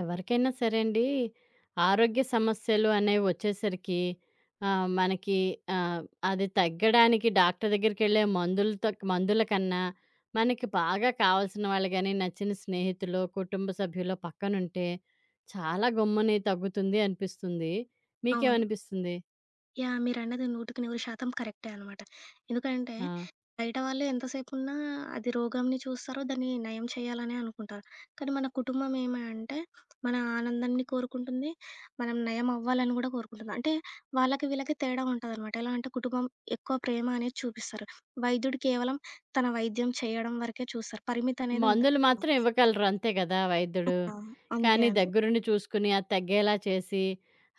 ఎవరికైనా సరే అండి, ఆరోగ్య సమస్యలు అనేవి వచ్చేసరికి మనకి ఆహ్, అది తగ్గడానికి డాక్టర్ దగ్గరికెళ్ళే మందులతో మందుల కన్నా, మనకి బాగా కావాల్సిన వాళ్ళు గాని, నచ్చిన స్నేహితులో, కుటుంబ సభ్యులో పక్కనుంటే చాలా గమ్ముని తగ్గుతుంది అనిపిస్తుంది. అవును. మీకేమనిపిస్తుంది? యాహ్! మీరన్నది 100కి 100% కరెక్టే అనమాట. ఎందుకంటే ఆ! బయట వాళ్ళు ఎంతసేపున్నా అది రోగంని చూస్తారో దాన్ని నయం చేయాలనే అనుకుంటారు. కానీ మన కుటుంబం ఏమి అంటే మన ఆనందాన్ని కోరుకుంటుంది. మనం నయం అవ్వాలని కూడా కోరుకుంటుంది. అంటే వాళ్ళకి వీళ్ళకి తేడా ఉంటదనమాట. ఎలా అంటే కుటుంబం ఎక్కువ ప్రేమ అనేది చూపిస్తారు. వైద్యుడు కేవలం తన వైద్యం చేయడం వరకే చూస్తారు. పరిమితి అనేది ఉంటది. మందులు మాత్రం ఇవ్వగలరు అంతే కదా వైద్యుడు. ఆ! అంతే, కానీ అంతే. దగ్గరుండి చూసుకుని, అది తగ్గేలా చేసి,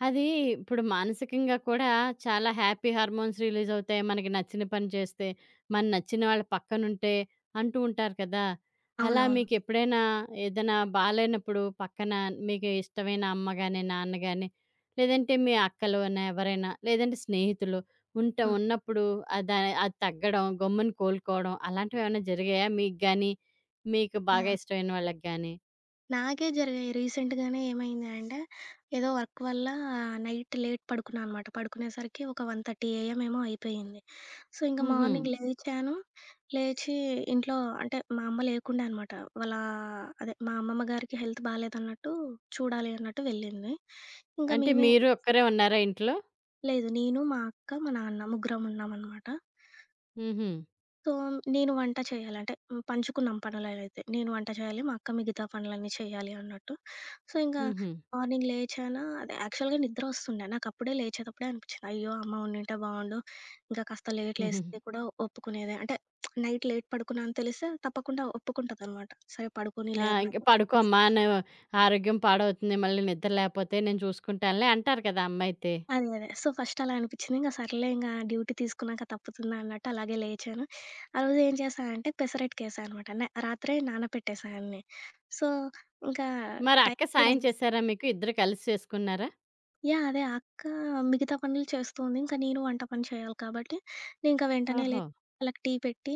అది ఇప్పుడు మానసికంగా కూడా చాలా హ్యాపీ హార్మోన్స్ రిలీజ్ అవుతాయి. మనకి నచ్చిన పని చేస్తే, మన నచ్చిన వాళ్ళ పక్కనుంటే అంటూ ఉంటారు కదా! అలా అవునవును. మీకెప్పుడైనా ఏదైనా బాలేనప్పుడు పక్కన మీకు ఇష్టమైన అమ్మ గాని, నాన్న గాని, లేదంటే మీ అక్కలోన ఎవరైనా, లేదంటే స్నేహితులు హ్మ్. ఉన్నప్పుడు అద అది తగ్గడం, గమ్మున కోలుకోవడం అలాంటివేమైనా జరిగాయా మీకు గాని, మీకు బాగా యాహ్! ఇష్టమైన వాళ్ళకి గాని. నాకే జరిగాయి. రీసెంట్‌గానే ఏమైంది అంటే, ఏదో వర్క్ వల్ల నైట్ లేట్ పడుకున్నా అనమాట. పడుకునేసరికి ఒక 1:30 AM ఏమో అయిపోయింది. సో, ఇంక హుహు. మార్నింగ్ లేచాను. లేచి ఇంట్లో అంటే, మా అమ్మ లేకుండే అనమాట. వాళ్ళ అదే మా అమ్మమ్మ గారికి హెల్త్ బాలేదన్నట్టు చూడాలి అన్నట్టు వెళ్ళింది. ఇంక అంటే మేమే మీరు ఒక్కరే ఉన్నారా ఇంట్లో? లేదు, నేను, మా అక్క, మా నాన్న ముగ్గురం ఉన్నామనమాట. హుహు. సో, నేను వంట చేయాలి. అంటే పంచుకున్నాం పనులనైతే. నేను వంట చేయాలి, మా అక్క మిగతా పనులన్నీ చేయాలి అన్నట్టు. సో, ఇంకా హుహు. మార్నింగ్ లేచానా అదే యాక్చువల్‌గా నిద్రొస్తుండే. నాకప్పుడే లేచేటప్పుడే అనిపిచ్చింది. అయ్యో! అమ్మ ఉండింటే బావుండు. ఇంకా కాస్త లేట్ హుహు. లేస్తే కూడా ఒప్పుకునేదే. అంటే నైట్ లేట్ పడుకున్నా అని తెలిస్తే తప్పకుండా ఒప్పుకుంటదనమాట. సరే ఆ! పడుకోనీలే ఇంక అన్నట్టు. "పడుకో అమ్మా నువ్వు ఆరోగ్యం పాడవుతుంది. మళ్ళీ నిద్ర లేపోతే నేను చూసుకుంటానులే" అంటారు కదా అమ్మయితే. అదే, అదే. సో, ఫస్ట్ అలా అనిపిచ్చింది. ఇంక సర్లే ఇంగా డ్యూటీ తీసుకున్నాక తప్పుతుందా అన్నట్టు అలాగే లేచాను. ఆ రోజు ఏం చేశానంటే పెసరట్టుకేసా అనమాట. న రాత్రే నానపెట్టేసా అన్నీ. సో, ఇంకా మరి టైం అక్క కూడా సాయం చేశారా మీకు? ఇద్దరు కలిసి చేసుకున్నారా? యాహ్! అదే. ఆ అక్క మిగతా పనులు చేస్తూ ఉంది. ఇంకా నేను వంట పని చేయాలి కాబట్టి, నేనింక వెంటనే ఓహో! లేచి వాళ్ళకి టీ పెట్టి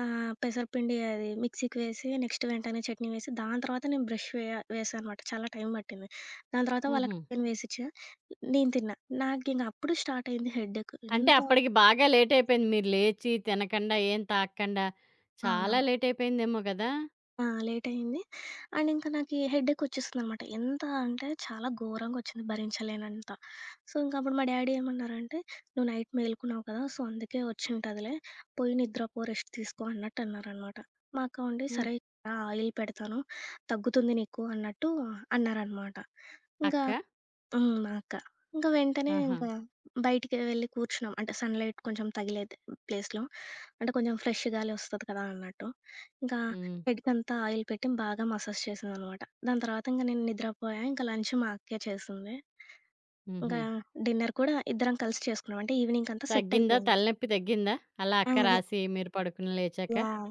పెసరపిండి అది మిక్సీకి వేసి, నెక్స్ట్ వెంటనే చట్నీ వేసి, దాని తర్వాత నేను బ్రష్ వే వేశా అనమాట. చాలా టైం పట్టింది. దాని తర్వాత వాళ్ళకి హుహు. టిఫిన్ వేసిచ్చా. నేను తిన్నా. నాకింక అప్పుడు స్టార్ట్ అయింది హెడ్డేక్. అంటే ఎంత అప్పటికి బాగా లేట్ అయిపోయింది. మీరు లేచి, తినకండా, ఏం తాగకండా చాలా అవునవును. లేట్ అయిపోయిందేమో గదా! ఆ! లేటయింది. అండ్ ఇంకా నాకీ హెడేకొచ్చేసిందనమాట. ఎంత అంటే చాలా ఘోరంగొచ్చింది భరించలేనంత. సో, ఇంకప్పుడు మా డ్యాడీ ఏమన్నారంటే, "నువ్వు నైట్ మేలుకున్నావు కదా! సో, అందుకే వచ్చుంటదిలే. పోయి నిద్రపో, రెస్ట్ తీసుకో" అన్నట్టన్నారనమాట. మా అక్క ఉండి, హ్మ్. "సరే, ఆ ఆయిల్ పెడతాను. తగ్గుతుంది నీకు" అన్నట్టు అన్నారనమాట. ఇంకా అక్క? హ్మ్. మా అక్క. ఇంక వెంటనే ఆహా! ఇంకా బయటికి వెళ్లి కూర్చున్నాం. అంటే సన్‌లైట్ కొంచెం తగిలే ప్లేస్‌లో. అంటే కొంచెం ఫ్రెష్ గాలి వస్తది కదా అన్నట్టు. ఇంకా హ్మ్. హెడ్‌కంతా ఆయిల్ పెట్టి బాగా మసాజ్ చేసిందనమాట. దాని తర్వాత ఇంక నేను నిద్రపోయా. ఇంకా లంచ్ మా అక్కే చేసింది. హుహు. ఇంకా డిన్నర్ కూడా ఇద్దరం కలిసి చేసుకున్నాం. అంటే ఈవినింగ్‌కంతా సెట్ తగ్గిందా? అయిపోయింది. తలనొప్పి తగ్గిందా? అలా ఆ! అక్క అదే. రాసి మీరు పడుకుని లేచాక? యాహ్!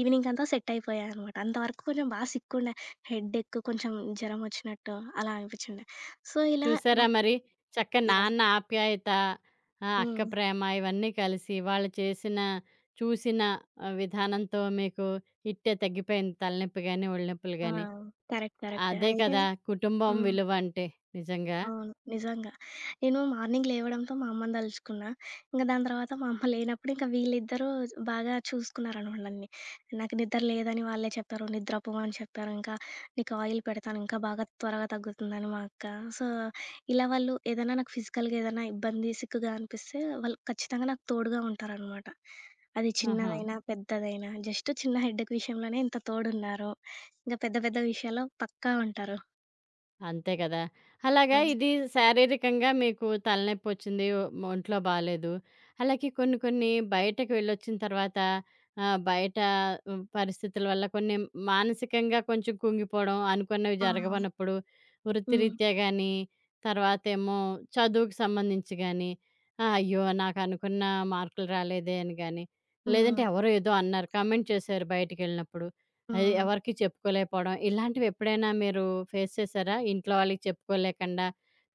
ఈవినింగ్‌కంతా సెట్ అయిపోయా అనమాట. అంతవరకు కొంచెం బా సిక్కుండే. హెడేక్ కొంచెం జరం వచ్చినట్టు అలా అనిపిచ్చుండే. సో, ఇలా చూసారా నాకు మరి? చక్క యాహ్! నాన్న ఆప్యాయత, అక్క హ్మ్. ప్రేమ ఇవన్నీ కలిసి వాళ్ళు చేసిన, చూసిన విధానంతో మీకు ఇట్టే తగ్గిపోయింది తలనొప్పి గాని, ఒళ్ళు నొప్పులు ఆ! గాని. Correct, correct. అదే అదైతే కదా! కుటుంబం హ్మ్. విలువ అంటే నిజంగా. అవును, నిజంగా. నేను మార్నింగ్ లేవడంతో మా అమ్మని దలుచుకున్నా. ఇంక దాని తర్వాత మా అమ్మ లేనప్పుడు ఇంక వీళ్ళిద్దరూ బాగా చూసుకున్నారనమాట నన్ని. నాకు నిద్ర లేదని వాళ్ళే చెప్పారు. నిద్రపో అని చెప్పారు. ఇంకా నీకు ఆయిల్ పెడతాను ఇంకా బాగా త్వరగా తగ్గుతుందని మా అక్క. సో, ఇలా వాళ్ళు ఏదైనా నాకు ఫిజికల్‌గా ఏదైనా ఇబ్బంది, సిక్కుగా అనిపిస్తే వాళ్ళు ఖచ్చితంగా నాకు తోడుగా ఉంటారనమాట. అది ఆహా! చిన్నదైనా, పెద్దదైనా జస్ట్ చిన్న హెడ్‌ఏక్ విషయంలోనే ఇంత తోడున్నారు. ఇంక పెద్ద పెద్ద విషయాల్లో పక్కా ఉంటారు. అంతే కదా! అలాగా ఆ! ఇది శారీరకంగా మీకు తలనొప్పొచ్చింది, ఒంట్లో బాలేదు. అలాగే కొన్ని కొన్ని బయటకి వెళ్ళొచ్చిన తర్వాత బయట పరిస్థితుల వల్ల కొన్ని మానసికంగా కొంచెం కుంగిపోవడం, అనుకున్నవి ఆ! జరగవన్నప్పుడు హ్మ్. వృత్తిరీత్యా గాని, తర్వాతేమో చదువుకి సంబంధించి గాని, అయ్యో! నాకనుకున్న మార్కులు రాలేదే అని గాని, లేదంటే హ్మ్. ఎవరో ఏదో అన్నారు, కామెంట్ చేశారు బయటికెళ్ళినప్పుడు. అది హ్మ్. ఎవరికీ చెప్పుకోలేకపోవడం. ఇలాంటివెప్పుడైనా మీరు ఫేస్ చేసారా? ఇంట్లో వాళ్ళకి చెప్పుకోలేకుండా,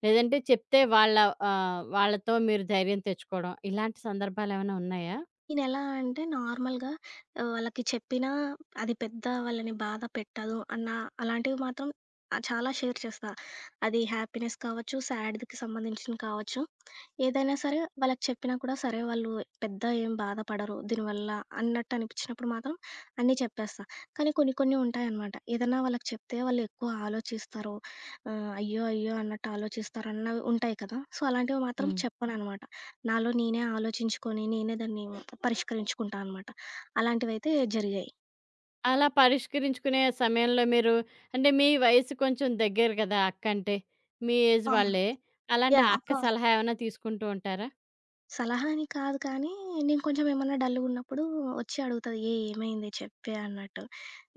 లేదంటే చెప్తే వాళ్ళ వాళ్ళతో మీరు ధైర్యం తెచ్చుకోవడం. ఇలాంటి సందర్భాలేమైనా ఉన్నాయా? నేనెలా అంటే నార్మల్‌గా వాళ్ళకి చెప్పినా అది పెద్ద వాళ్ళని బాధ పెట్టదు అన్న అలాంటివి మాత్రం చాలా షేర్ చేస్తా. అది హ్యాపీనెస్ కావచ్చు, సాడ్‌కి సంబంధించింది కావచ్చు. ఏదైనా సరే వాళ్ళకి చెప్పినా కూడా సరే వాళ్ళు పెద్ద ఏం బాధపడరు దీనివల్ల అన్నట్టు అనిపించినప్పుడు మాత్రం అన్నీ చెప్పేస్తా. కానీ కొన్ని కొన్ని ఉంటాయనమాట. ఏదన్నా వాళ్ళకి చెప్తే వాళ్ళు ఎక్కువ ఆలోచిస్తారు. అయ్యో! అయ్యో! అన్నట్టు ఆలోచిస్తారు అన్నవి ఉంటాయి కదా! సో అలాంటివి మాత్రం హ్మ్. చెప్పననమాట. నాలో నేనే ఆలోచించుకొని, నేనే దాన్ని పరిష్కరించుకుంటా అనమాట. అలాంటివైతే జరిగాయి. అలా పరిష్కరించుకునే సమయంలో మీరు అంటే మీ వయసు కొంచెం దగ్గర కదా! అక్కంటే. మీ ఏజ్ ఆ! వాళ్ళే. అలాంటి యాహ్! ఒక అక్క సలహా ఏమైనా తీసుకుంటూ ఉంటారా? సలహా అని కాదు కానీ, నేను కొంచెం ఏమన్నా డల్‌గున్నప్పుడు వచ్చి అడుగుతది. ఏమైంది చెప్పే అన్నట్టు.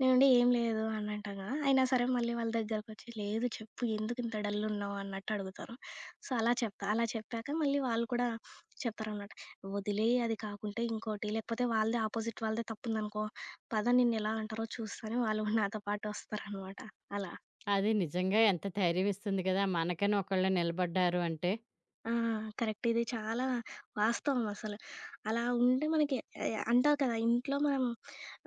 నేనుండి ఏం లేదు అని అంటా గదా! అయినా సరే మళ్ళీ వాళ్ళ దగ్గరకొచ్చి లేదు చెప్పు ఎందుకింత డల్లున్నావు అన్నట్టు అడుగుతారు. సో, అలా చెప్తా. అలా చెప్పాక మళ్ళీ వాళ్ళు కూడా చెప్తారనమాట. వదిలేయి అది కాకుంటే ఇంకోటి లేకపోతే వాళ్ళదే ఆపోజిట్ తప్పుందనుకో, పద నిన్నెలా అంటారో చూస్తా అని వాళ్ళు గూడా నాతో పాటు వస్తారనమాట. అలా. అది నిజంగా ఎంత ధైర్యం ఇస్తుంది కదా! మనకని ఒకళ్ళు నిలబడ్డారు అంటే. ఆ! కరెక్ట్. ఇది చాలా వాస్తవం అసలు. అలా ఉంటే మనకి అంటారు కదా! ఇంట్లో మనం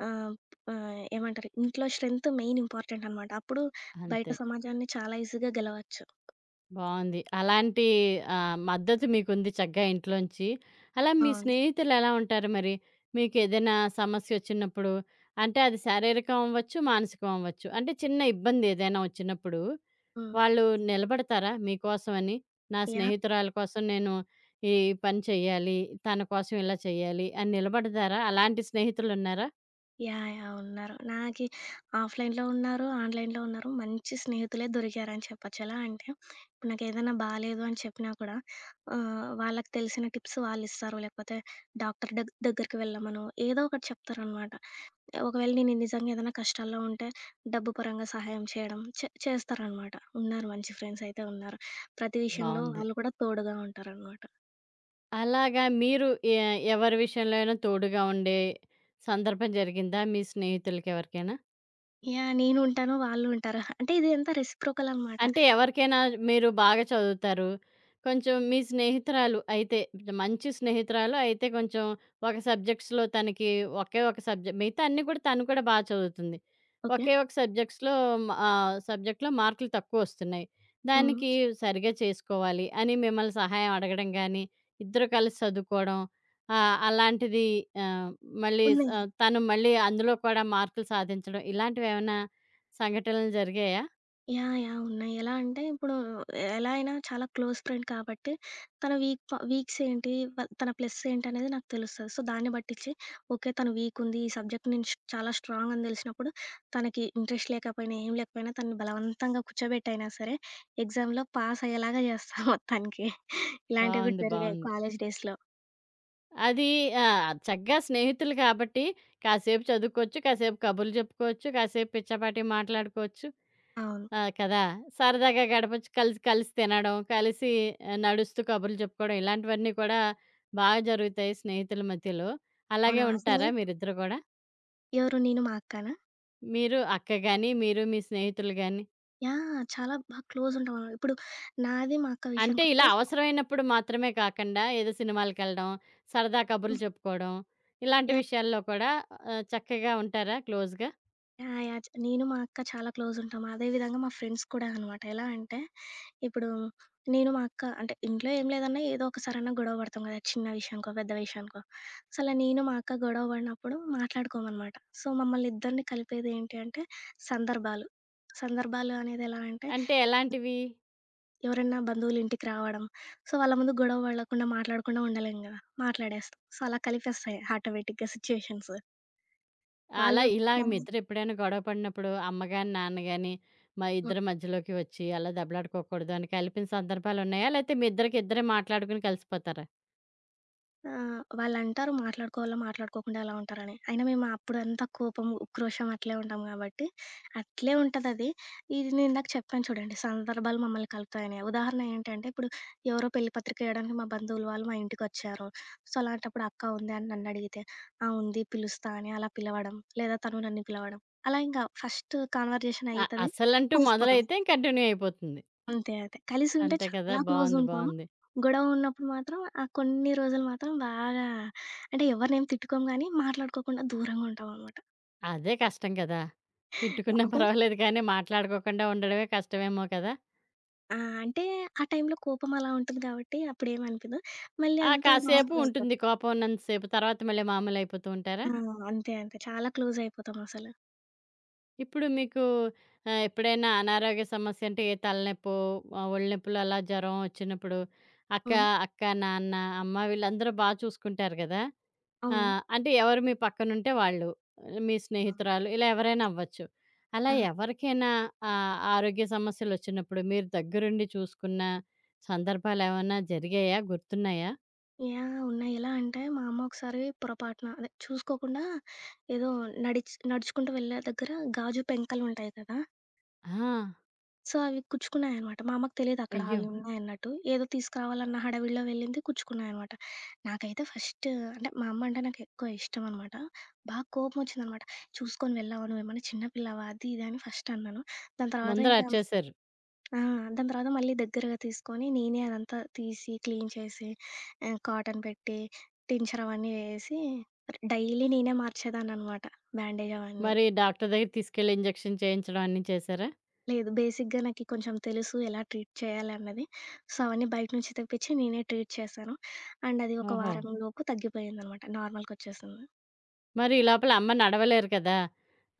ఆహ్, ఏమంటారు? ఇంట్లో స్ట్రెంత్ మెయిన్ ఇంపార్టెంట్ అనమాట. అప్పుడు బయట అంతే. సమాజాన్ని చాలా ఈజీగా గెలవచ్చు. బావుంది. అలాంటి మద్దతు మీకుంది చక్కగా ఇంట్లోంచి. అలా మీ అవును. స్నేహితులెలా ఉంటారు మరి? మీకేదైనా సమస్యొచ్చినప్పుడు అంటే అది శారీరకం అవ్వచ్చు, మానసికం అవ్వచ్చు. అంటే చిన్న ఇబ్బందేదైనా వచ్చినప్పుడు హ్మ్. వాళ్ళు నిలబడతారా మీకోసమని? నా యాహ్! స్నేహితురాలు కోసం నేను ఈ పని చెయ్యాలి, తన కోసం ఇలా చెయ్యాలి అని నిలబడతారా? అలాంటి స్నేహితులున్నారా? యాహ్! యాహ్! ఉన్నారు. నాకి ఆఫ్‌లైన్‌లో ఉన్నారు, ఆన్‌లైన్‌లో ఉన్నారు. మంచి స్నేహితులే దొరికారని చెప్పొచ్చు. ఎలా అంటే, ఇప్పుడు నాకేదైనా బాలేదు అని చెప్పినా కూడా వాళ్ళకి తెలిసిన టిప్స్ వాళ్ళిస్తారు. లేకపోతే డాక్టర్ దగ్గరికి వెళ్ళమనో, ఏదో ఒకటి చెప్తారనమాట. ఒకవేళ నేను నిజంగా ఏదైనా కష్టాల్లో ఉంటే, డబ్బు పరంగా సహాయం చేయడం చేస్తారనమాట. ఉన్నారు మంచి ఫ్రెండ్స్ అయితే ఉన్నారు. ప్రతి విషయంలో బావుంది. వాళ్ళు కూడా తోడుగా ఉంటారనమాట. అలాగా మీరు ఎ ఎవరి విషయంలో అయినా తోడుగా ఉండే సందర్భం జరిగిందా? మీ స్నేహితులకెవరికైనా? యాహ్! నేను ఉంటాను, వాళ్ళు ఉంటారు. అంటే ఇది అంతా రెసిప్రోకల్ అనమాట. అంటే ఎవరికైనా మీరు బాగా చదువుతారు. కొంచెం మీ స్నేహితురాలు అయితే, మంచి స్నేహితురాలు అయితే కొంచెం ఒక సబ్జెక్ట్స్‌లో తనకి ఒకే ఒక సబ్జెక్ట్ మిగతా అన్నీ కూడా తను కూడా బా చదువుతుంది. ఓకే. ఒకే ఒక సబ్జెక్ట్స్‌లో సబ్జెక్ట్‌లో మార్కులు తక్కువొస్తున్నాయి. హ్మ్. దానికి సరిగ్గా చేసుకోవాలి అని మిమ్మల్ని సహాయం అడగడం గానీ, ఇద్దరు కలిసి చదువుకోవడం ఆహ్, అలాంటిది ఆహ్, మళ్ళీ స్ ఉంది. ఆహ్, తను మళ్ళీ అందులో కూడా మార్కులు సాధించడం ఇలాంటివేమన్నా సంఘటనలు జరిగాయా? యాహ్! యాహ్! ఉన్నాయి. ఎలా అంటే ఇప్పుడు ఎలా అయినా చాలా క్లోజ్ ఫ్రెండ్ కాబట్టి తన వీక్స్ ఏంటి? తన ప్లస్ ఏంటి? అనేది నాకు తెలుస్తది. సో, దాన్ని బట్టిచ్చి ఓకే. తను వీక్ ఉంది. ఈ సబ్జెక్ట్ నేను చాలా స్ట్రాంగ్ అని తెలిసినప్పుడు తనకి ఇంట్రెస్ట్ లేకపోయినా, ఏం లేకపోయినా తనని బలవంతంగా కూర్చోబెట్టైనా సరే ఎగ్జామ్‌లో పాస్ అయ్యేలాగా చేస్తా మొత్తానికి. ఇలాంటివి కూడా బావుంది. జరిగాయి బావుంది. కాలేజ్ డేస్‌లో. అది ఆ! చక్కగా స్నేహితులు కాబట్టి కాసేపు చదువుకోవచ్చు, కాసేపు కబుర్లు చెప్పుకోవచ్చు, కాసేపు పిచ్చాపాటీ మాట్లాడుకోవచ్చు. అవును. ఆ! కదా! సరదాగా గడపొచ్చు. కలిసి కలిసి తినడం, కలిసి నడుస్తూ కబుర్లు చెప్పుకోవడం ఇలాంటివన్నీ కూడా బాగా జరుగుతాయి స్నేహితుల మధ్యలో. అవును. అలాగే అవునా అసలు ఉంటారా మీరిద్దరు కూడా? ఎవరు నేను మా అక్కనా? మీరు అక్క గాని, మీరు మీ స్నేహితులు గాని? యాహ్! చాలా బాగా క్లోజ్ ఉంటామనమాట. ఇప్పుడు నాది మా అక్క అంటే ఇలా విషయానికొస్తే అవసరమైనప్పుడు మాత్రమే కాకుండా ఏదో సినిమాలకెళ్ళడం, సరదా కబుర్లు హ్మ్. చెప్పుకోవడం ఇలాంటి యాహ్! విషయాల్లో కూడా చక్కగా ఉంటారా క్లోజ్‌గా? యాహ్! యాహ్! నేను మా అక్క చాలా క్లోజ్ ఉంటాం. అదే విధంగా మా ఫ్రెండ్స్ కూడా అనమాట. ఎలా అంటే ఇప్పుడు నేను మా అక్క అంటే ఇంట్లో ఏం లేదన్నా ఏదో ఒకసారన్నా గొడవ పడతాం కదా! చిన్న విషయానికో, పెద్ద విషయానికో. సో, అలా నేను మా అక్క గొడవ పడినప్పుడు మాట్లాడుకోమనమాట. సో, మమ్మల్ని ఇద్దరిని కలిపేది ఏంటి అంటే సందర్భాలు. సందర్భాలు అనేది ఎలా అంటే అంటే ఎలాంటివి? ఎవరైనా బంధువులు ఇంటికి రావడం. సో, వాళ్ళ ముందు గొడవ పడకుండా, మాట్లాడకుండా ఉండలేం కదా! మాట్లాడేస్తాం. సో, అలా కలిపేస్తాయి ఆటోమేటిక్‌గా సిట్యుయేషన్స్. ఆ, అలా వాళ్ళు ఇలా మీ మళ్ళీ ఇద్దరెప్పుడైనా గొడవ పడినప్పుడు అమ్మ గాని, నాన్న గాని మా ఇద్దరి మధ్యలోకి వచ్చి అలా దెబ్బలాడుకోకూడదు అని కలిపిన సందర్భాలున్నాయా? లేతే మీ ఇద్దరికి ఇద్దరే మాట్లాడుకొని కలిసిపోతారా? ఆ! వాళ్ళంటారు మాట్లాడుకోవాలో, మాట్లాడుకోకుండా ఎలా ఉంటారని. అయినా మేము అప్పుడంతా కోపం, ఉక్రోషం అట్లే ఉంటాం గాబట్టి, అట్లే ఉంటదది. ఇది నేనిందాక చెప్పాను చూడండి, సందర్భాలు మమ్మల్ని కలుపుతాయని. ఉదాహరణ ఏంటంటే, ఇప్పుడు ఎవరో పెళ్లి పత్రిక ఎయడానికి మా బంధువులు వాళ్ళు మా ఇంటికొచ్చారు. సో, అలాంటప్పుడు "అక్క ఉందా" అని నన్నడిగితే, "ఆ! ఉంది. పిలుస్తా" అని అలా పిలవడం, లేదా తను నన్ను పిలవడం. అలా ఇంక ఫస్ట్ కాన్వర్జేషన్ అయితది, అసలంటూ కలిసిపోతాం. మొదలైతే కంటిన్యూ అయిపోతుంది. అంతే. అదే. కలిసుంటే అంతే కదా! చాలా బావుంది. క్లోజుంటాము. బావుంది. గొడవ ఉన్నప్పుడు మాత్రం ఆ కొన్ని రోజులు మాత్రం బాగా అంటే ఎవరినేమి తిట్టుకోం గానీ, మాట్లాడుకోకుండా దూరంగా ఉంటామనమాట. అదే కష్టం కదా! తిట్టుకున్నా అంటే పర్వాలేదు కానీ మాట్లాడుకోకుండా ఉండడమే కష్టమేమో కదా! ఆ! అంటే ఆ టైంలో కోపం అలా ఉంటుంది గాబట్టి అప్పుడేమనిపియదు. మళ్ళీ ఆ అంతా కాసేపు నార్మలయిపోద్ది. ఉంటుంది కోపం ఉన్నంత సేపు. తర్వాత మళ్ళీ మామూలయిపోతూ ఉంటారా? ఆ! అంతే, అంతే. చాలా క్లోజయిపోతామసలు. ఇప్పుడు మీకు ఎప్పుడైనా అనారోగ్య సమస్య అంటే ఏ తలనొప్పో, ఒళ్ళు నొప్పులు అలా జ్వరం వచ్చినప్పుడు అక్క, హ్మ్. అక్క, నాన్న, అమ్మ వీళ్ళందరూ బా చూసుకుంటారు గదా! ఆ! అవును. అంటే ఎవరు మీ పక్కనుంటే వాళ్ళు. మీ స్నేహితురాలు ఇలా ఎవరైనా అవ్వచ్చు. అలా ఆ! ఎవరికైనా ఆరోగ్య సమస్యలొచ్చినప్పుడు మీరు దగ్గరుండి చూసుకున్న సందర్భాలేమన్నా జరిగాయా? గుర్తున్నాయా? యాహ్! ఉన్నాయి. ఎలా అంటే మా అమ్మ ఒకసారి పొరపాటున అదే చూసుకోకుండా ఏదో నడుచుకుంటూ వెళ్ళే దగ్గర గాజు పెంకలుంటాయి కదా! ఆ! సో, అవి గుచ్చుకున్నాయనమాట. మా అమ్మకి తెలీదక్కడ అయ్యో! అవి ఉన్నాయన్నట్టు. ఏదో తీసుకురావాలన్న హడావిడిలో వెళ్ళింది, గుచ్చుకున్నాయనమాట. నాకైతే ఫస్ట్ అంటే మా అమ్మ అంటే నాకెక్కువ ఇష్టమనమాట. బాగా కోపమొచ్చిందనమాట. "చూసుకొని వెళ్ళావా? నువ్వేమన్నా చిన్న పిల్లవా?" అది, ఇది అని ఫస్ట్ అన్నాను. దాని తర్వాత ముందర ఇంకా అరిచేశారు. ఆ! దాని తర్వాత మళ్ళీ దగ్గరగా తీసుకొని నేనే అదంతా తీసి, క్లీన్ చేసి, కాటన్ పెట్టి, టించర్ అవన్నీ వేసి డైలీ నేనే మార్చేదాన్ననమాట. బ్యాండేజ్ అవన్నీ. మరి డాక్టర్ దగ్గరికి తీసుకెళ్ళి ఇంజెక్షన్ చేయించడం అన్నీ చేశారా? లేదు. బేసిక్‌గా నాకి కొంచెం తెలుసు ఎలా ట్రీట్ చేయాలన్నది. సో, అవన్నీ బయట నుంచి తెప్పించి నేనే ట్రీట్ చేశాను. అండ్ అది ఒక ఓహో! వారం ఓకే. లోపు తగ్గిపోయిందనమాట. నార్మల్‌కొచ్చేసింది. మరి ఈ లోపల అమ్మ నడవలేరు కదా!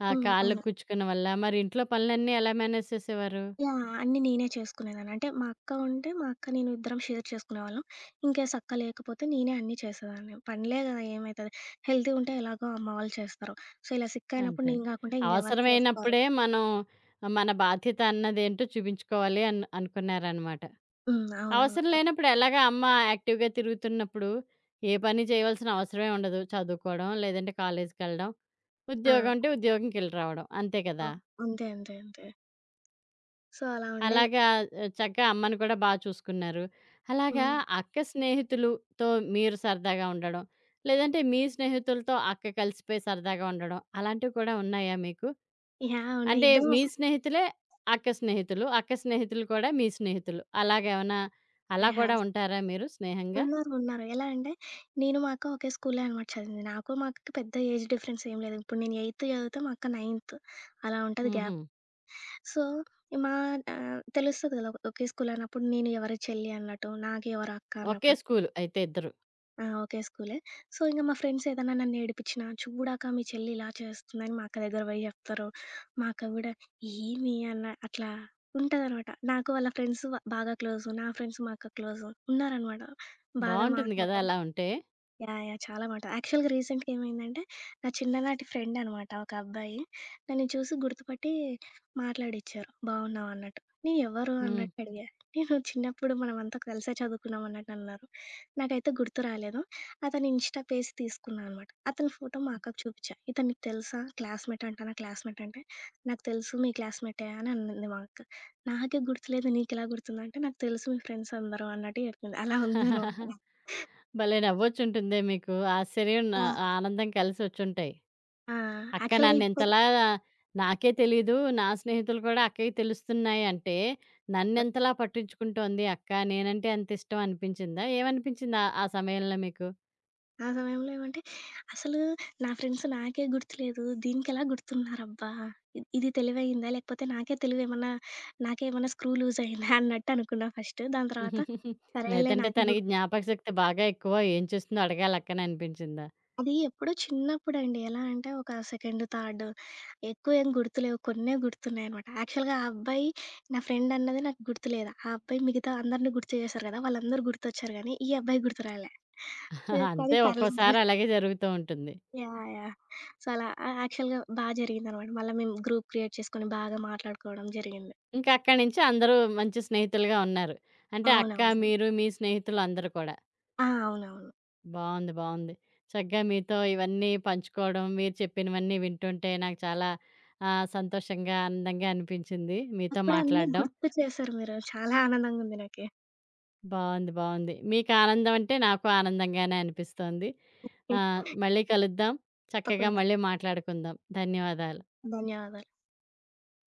ఆ హ్మ్. అవును. కాళ్ళకి ఓకే. గుచ్చుకున్న వల్ల. మరి ఇంట్లో పనులన్నీ ఎలా మేనేజ్ చేసేవారు? యాహ్! అన్నీ నేనే చేసుకునేదాన్ని. అంటే మా అక్క ఉంటే మా అక్క, నేను ఇద్దరం షేర్ చేసుకునేవాళ్ళం. ఇన్‌కేస్ అక్క లేకపోతే నేనే అన్నీ చేసేదాన్ని. పనిలే గదా! ఏమైతది. హెల్తీ ఉంటే ఎలాగో అమ్మ వాళ్ళు చేస్తారు. సో, ఇలా సిక్ అయినప్పుడు అంతే. నేను గాకుండా ఇంకెవరు చేస్తారు? అవసరమైనప్పుడే మనం మన బాధ్యత అన్నదేంటో చూపించుకోవాలి అనుకున్నారనమాట. హ్మ్. అవసరం అవునవును. లేనప్పుడు ఎలాగా అమ్మ యాక్టివ్‌గా తిరుగుతున్నప్పుడు ఏ పని చేయవలసిన అవసరమే ఉండదు. చదువుకోవడం, లేదంటే కాలేజీకెళ్ళడం, ఆ! ఉద్యోగం అంటే ఉద్యోగంకెళ్ళి రావడం అంతే ఆ! కదా! అంతే, అంతే, అంతే. సో, అలా ఉండేది. అలాగా చక్కగా అమ్మని కూడా బా చూసుకున్నారు. అలాగా హ్మ్. అక్క స్నేహితులుతో మీరు సరదాగా ఉండడం, లేదంటే మీ స్నేహితులతో అక్క కలిసిపోయి సరదాగా ఉండడం అలాంటివి కూడా ఉన్నాయా మీకు? యాహ్! ఉన్నాయి. అంటే ఇద్దరం మీ స్నేహితులే అక్క స్నేహితులు, అక్క స్నేహితులు కూడా మీ స్నేహితులు. అలాగేమన్నా అలా కూడా యాహ్! ఉంటారా మీరు స్నేహంగా? ఉన్నారు, ఉన్నారు. ఎలా అంటే నేను, మా అక్క ఒకే స్కూల్లో అనమాట చదివింది. నాకు మా అక్కకి పెద్ద ఏజ్ డిఫరెన్స్ ఏం లేదు. ఇప్పుడు నేను ఎయిత్ చదివితే మా అక్క నైన్త్ అలా ఉంటది హుహు. గ్యాప్. సో, మా తెలుస్తది కదా! ఒకే స్కూల్ అన్నప్పుడు నేను ఎవరి చెల్లి అన్నట్టు, నాకు ఎవరు అక్క ఒకే అన్నప్పుడు. స్కూలు అయితే ఇద్దరు. ఆ! ఒకే స్కూలే. సో, ఇంక మా ఫ్రెండ్స్ ఏదన్నా నన్ను ఏడిపించినా, చూడక్క మీ చెల్లి ఇలా చేస్తుందని మా అక్క దగ్గర పోయి చెప్తారు. మా అక్క కూడా ఏమి అన్న అట్లా ఉంటదనమాట. నాకు వాళ్ళ ఫ్రెండ్స్ బాగా క్లోజు. నా ఫ్రెండ్స్ మా అక్క క్లోజు. ఉన్నారనమాట. బాగా బావుంటుంది గదా! మాట్లాడతాం. అలా ఉంటే. యాహ్! యాహ్! చాలా బావుంటది. యాక్చువల్‌గా రీసెంట్‌గా ఏమైందంటే, నా చిన్ననాటి ఫ్రెండ్ అనమాట ఒక అబ్బాయి. నన్ను చూసి గుర్తుపట్టి మాట్లాడిచ్చారు. "బావున్నావా?" అన్నట్టు. నేను "ఎవరు?" హ్మ్. అన్నట్టు అడిగా. నేను "చిన్నప్పుడు మనమంతా కలిసే చదువుకున్నాం" అన్నట్టు అన్నారు. నాకైతే గుర్తు రాలేదు. అతని ఇన్‌స్టా పేజ్ తీసుకున్నా అనమాట. అతని ఫోటో మా అక్కకి చూపిచ్చా. "ఇతను నీకు తెలుసా? క్లాస్‌మేట్ అంట నా క్లాస్‌మేట్" అంటే, "నాకు తెలుసు మీ క్లాస్‌మేటే" అని అన్నది మా అక్క. నాకే గుర్తులేదు నీకెలా గుర్తుందంటే, "నాకు తెలుసు మీ ఫ్రెండ్స్ అందరూ" అన్నట్టు చెప్పింది. అలా ఉందనమాట. భలే నవ్వొచ్చుంటుందే మీకు. ఆశ్చర్యం, నా ఆనందం కలిసొచ్చుంటాయి. ఆ! అక్క యాక్చువల్‌గా ఇప్పుడు నన్నెంతలా నాకే తెలీదు. నా స్నేహితులు కూడా అక్కకి తెలుస్తున్నాయి అంటే, నన్నెంతలా పట్టించుకుంటోంది అక్క, నేనంటే అంతిష్టం అనిపించిందా? ఏమనిపించింది ఆ ఆ సమయంలో మీకు? ఆ సమయంలో ఏమంటే, అసలు నా ఫ్రెండ్స్ నాకే గుర్తులేదు. దీనికెలా గుర్తున్నారబ్బా! ఇది తెలివయిందా? లేకపోతే నాకే తెలివేమన్నా నాకేమన్నా స్క్రూ లూజ్ అయిందా? అన్నట్టు అనుకున్నా ఫస్ట్. దాని తర్వాత సరేలే లేదంటే నాకే తనకి గుర్తు జ్ఞాపక శక్తి బాగా ఎక్కువ, ఏం చేస్తుందో అడగాలి అక్కని అనిపించిందా? అది ఎప్పుడో చిన్నప్పుడండి. ఎలా అంటే ఒక సెకండ్, థర్డ్ ఎక్కువ ఏం గుర్తులేవు. కొన్నే గుర్తున్నాయనమాట. యాక్చువల్‌గా ఆ అబ్బాయి నా ఫ్రెండ్ అన్నది నాకు గుర్తులేదు. ఆ అబ్బాయి మిగతా అందరిని గుర్తు చేశారు కదా! వాళ్ళందరూ గుర్తొచ్చారు గానీ, ఈ అబ్బాయి గుర్తురాలే. కానీ అంతే పర్లేదు. ఒక్కోసారి అలాగే జరుగుతూ ఉంటుంది. యాహ్! యాహ్! సో, అలా యాక్చువల్‌గా బా జరిగిందనమాట. మళ్ళా మేము గ్రూప్ క్రియేట్ చేసుకొని బాగా మాట్లాడుకోవడం జరిగింది. ఇంకా అక్కడి నుంచి అందరూ మంచి స్నేహితులుగా ఉన్నారు. అంటే అక్క, అవునవును. మీరు, మీ స్నేహితులు అందరూ కూడా. ఆ! అవునవును. బావుంది. బావుంది. చక్కగా మీతో ఇవన్నీ పంచుకోవడం, మీరు చెప్పినవన్నీ వింటుంటే నాకు చాలా సంతోషంగా, ఆనందంగా అనిపించింది మీతో అప్పుడు అన్నీ మాట్లాడడం. గుర్తు చేశారు మీరు. చాలా ఆనందంగుంది నాకి. బావుంది. బావుంది. మీకు ఆనందం అంటే నాకు ఆనందంగానే అనిపిస్తోంది. మళ్ళీ కలుద్దాం. చక్కగా తప్పకుండా. మళ్ళీ మాట్లాడుకుందాం. ధన్యవాదాలు. ధన్యవాదాలు.